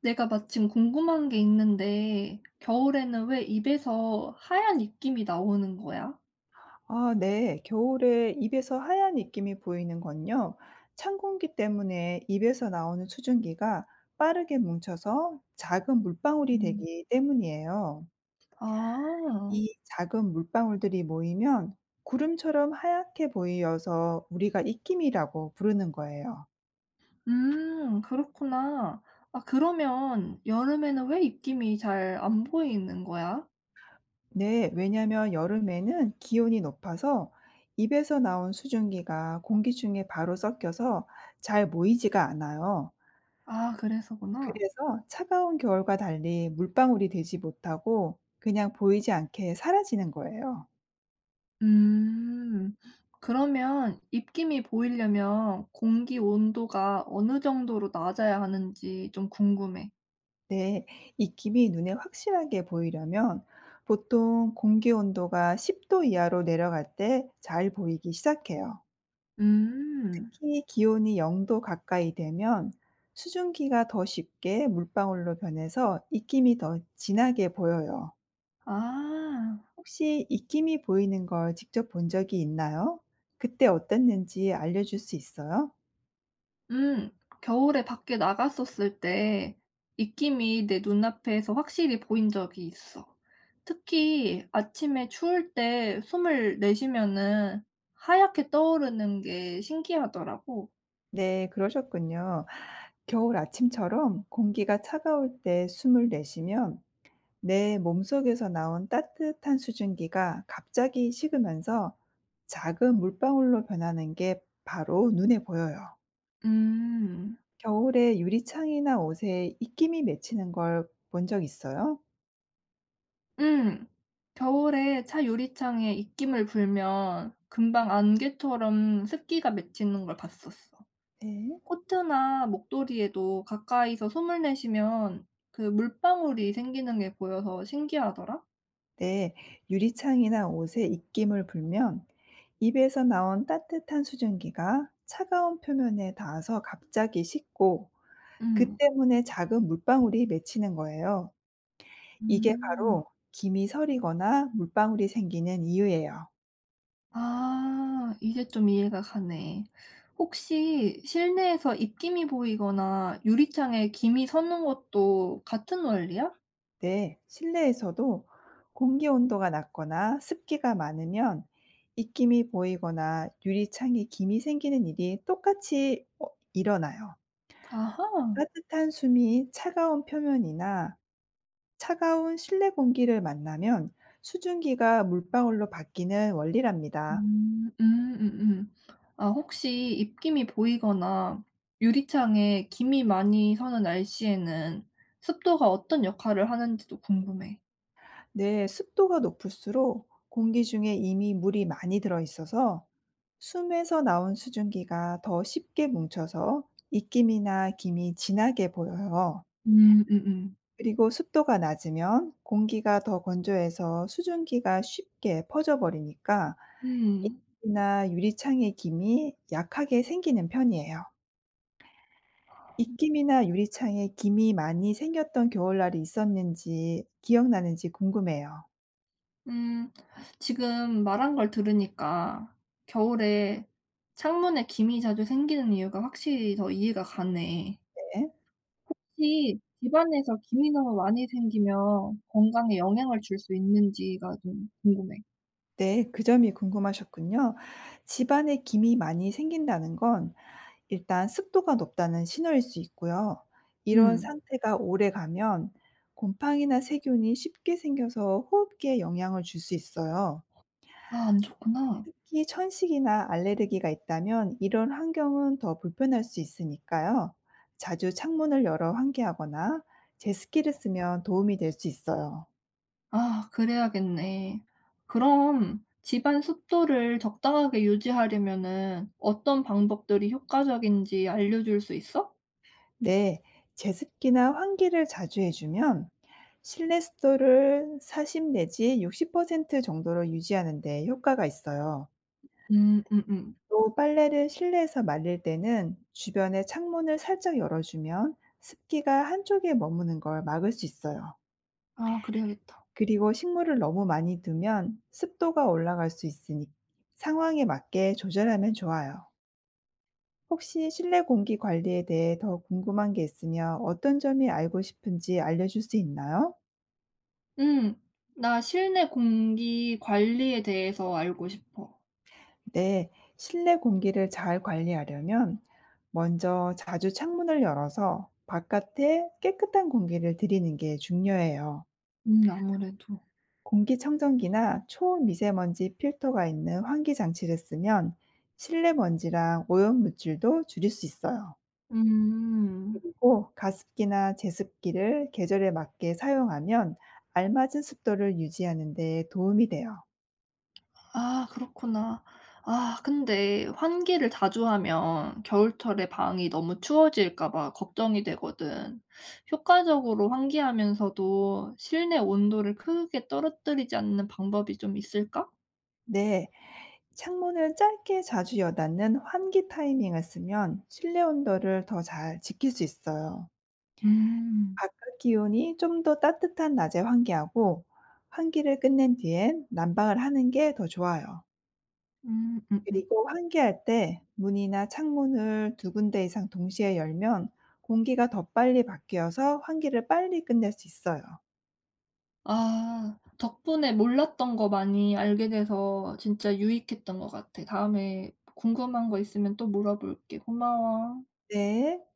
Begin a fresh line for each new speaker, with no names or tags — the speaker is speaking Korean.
내가 마침 궁금한 게 있는데, 겨울에는 왜 입에서 하얀 입김이 나오는 거야?
아 네. 겨울에 입에서 하얀 입김이 보이는 건요. 찬 공기 때문에 입에서 나오는 수증기가 빠르게 뭉쳐서 작은 물방울이
음.
되기 때문이에요.
아,
이 작은 물방울들이 모이면 구름처럼 하얗게 보이어서 우리가 입김이라고 부르는 거예요.
그렇구나. 아, 그러면 여름에는 왜 입김이 잘 안 보이는 거야?
네. 왜냐하면 여름에는 기온이 높아서 입에서 나온 수증기가 공기 중에 바로 섞여서 잘 모이지가 않아요.
아, 그래서구나.
그래서 차가운 겨울과 달리 물방울이 되지 못하고 그냥 보이지 않게 사라지는 거예요.
음, 그러면 입김이 보이려면 공기 온도가 어느 정도로 낮아야 하는지 좀 궁금해.
네. 익힘이 눈에 확실하게 보이려면 보통 공기 온도가 10도 이하로 내려갈 때 잘 보이기 시작해요.
음,
특히 기온이 0도 가까이 되면 수증기가 더 쉽게 물방울로 변해서 익힘이 더 진하게 보여요.
아.
혹시 익힘이 보이는 걸 직접 본 적이 있나요? 그때 어땠는지 알려줄 수 있어요?
음. 겨울에 밖에 나갔었을 때 입김이 내 눈앞에서 확실히 보인 적이 있어. 특히 아침에 추울 때 숨을 내쉬면은 하얗게 떠오르는 게 신기하더라고.
네, 그러셨군요. 겨울 아침처럼 공기가 차가울 때 숨을 내쉬면 내 몸속에서 나온 따뜻한 수증기가 갑자기 식으면서 작은 물방울로 변하는 게 바로 눈에 보여요.
음.
겨울에 유리창이나 옷에 입김이 맺히는 걸 본 적 있어요?
음. 겨울에 차 유리창에 입김을 불면 금방 안개처럼 습기가 맺히는 걸 봤었어.
네.
코트나 목도리에도 가까이서 숨을 내쉬면 그 물방울이 생기는 게 보여서 신기하더라.
네, 유리창이나 옷에 입김을 불면 입에서 나온 따뜻한 수증기가 차가운 표면에 닿아서 갑자기 식고 그
음.
때문에 작은 물방울이 맺히는 거예요. 이게
음.
바로 김이 서리거나 물방울이 생기는 이유예요.
아, 이제 좀 이해가 가네. 혹시 실내에서 입김이 보이거나 유리창에 김이 서는 것도 같은 원리야?
네, 실내에서도 공기 온도가 낮거나 습기가 많으면 입김이 보이거나 유리창에 김이 생기는 일이 똑같이 일어나요.
아하.
따뜻한 숨이 차가운 표면이나 차가운 실내 공기를 만나면 수증기가 물방울로 바뀌는 원리랍니다.
음. 아, 혹시 입김이 보이거나 유리창에 김이 많이 서는 날씨에는 습도가 어떤 역할을 하는지도 궁금해.
네, 습도가 높을수록 공기 중에 이미 물이 많이 들어 있어서 숨에서 나온 수증기가 더 쉽게 뭉쳐서 입김이나 김이 진하게 보여요.
음음.
그리고 습도가 낮으면 공기가 더 건조해서 수증기가 쉽게 퍼져버리니까
음.
입김이나 유리창의 김이 약하게 생기는 편이에요. 입김이나 유리창에 김이 많이 생겼던 겨울날이 있었는지 기억나는지 궁금해요.
음 지금 말한 걸 들으니까 겨울에 창문에 김이 자주 생기는 이유가 확실히 더 이해가 가네.
네.
혹시 집안에서 김이 너무 많이 생기면 건강에 영향을 줄 수 있는지가 좀 궁금해.
네, 그 점이 궁금하셨군요. 집안에 김이 많이 생긴다는 건 일단 습도가 높다는 신호일 수 있고요. 이런
음.
상태가 오래 가면 곰팡이나 세균이 쉽게 생겨서 호흡기에 영향을 줄 수 있어요.
아, 안 좋구나.
특히 천식이나 알레르기가 있다면 이런 환경은 더 불편할 수 있으니까요. 자주 창문을 열어 환기하거나 제습기를 쓰면 도움이 될 수 있어요.
아, 그래야겠네. 그럼 집안 습도를 적당하게 유지하려면은 어떤 방법들이 효과적인지 알려줄 수 있어?
네, 제습기나 환기를 자주 해주면 실내 습도를 40 내지 60% 정도로 유지하는 데 효과가 있어요.
음음.
또 빨래를 실내에서 말릴 때는 주변에 창문을 살짝 열어주면 습기가 한쪽에 머무는 걸 막을 수 있어요.
아, 그래야겠다.
그리고 식물을 너무 많이 두면 습도가 올라갈 수 있으니 상황에 맞게 조절하면 좋아요. 혹시 실내 공기 관리에 대해 더 궁금한 게 있으면 어떤 점이 알고 싶은지 알려줄 수 있나요?
음. 나 실내 공기 관리에 대해서 알고 싶어.
네, 실내 공기를 잘 관리하려면 먼저 자주 창문을 열어서 바깥에 깨끗한 공기를 들이는 게 중요해요.
음, 아무래도.
공기청정기나 초미세먼지 필터가 있는 환기 장치를 쓰면 실내 먼지랑 오염 물질도 줄일 수 있어요.
음.
고 가습기나 제습기를 계절에 맞게 사용하면 알맞은 습도를 유지하는 데 도움이 돼요.
아, 그렇구나. 아, 근데 환기를 자주 하면 겨울철에 방이 너무 추워질까 봐 걱정이 되거든. 효과적으로 환기하면서도 실내 온도를 크게 떨어뜨리지 않는 방법이 좀 있을까?
네, 창문을 짧게 자주 여닫는 환기 타이밍을 쓰면 실내 온도를 더 잘 지킬 수 있어요.
음.
바깥 기온이 좀 더 따뜻한 낮에 환기하고 환기를 끝낸 뒤엔 난방을 하는 게 더 좋아요.
음음.
그리고 환기할 때 문이나 창문을 두 군데 이상 동시에 열면 공기가 더 빨리 바뀌어서 환기를 빨리 끝낼 수 있어요.
아, 덕분에 몰랐던 거 많이 알게 돼서 진짜 유익했던 것 같아. 다음에 궁금한 거 있으면 또 물어볼게. 고마워.
네.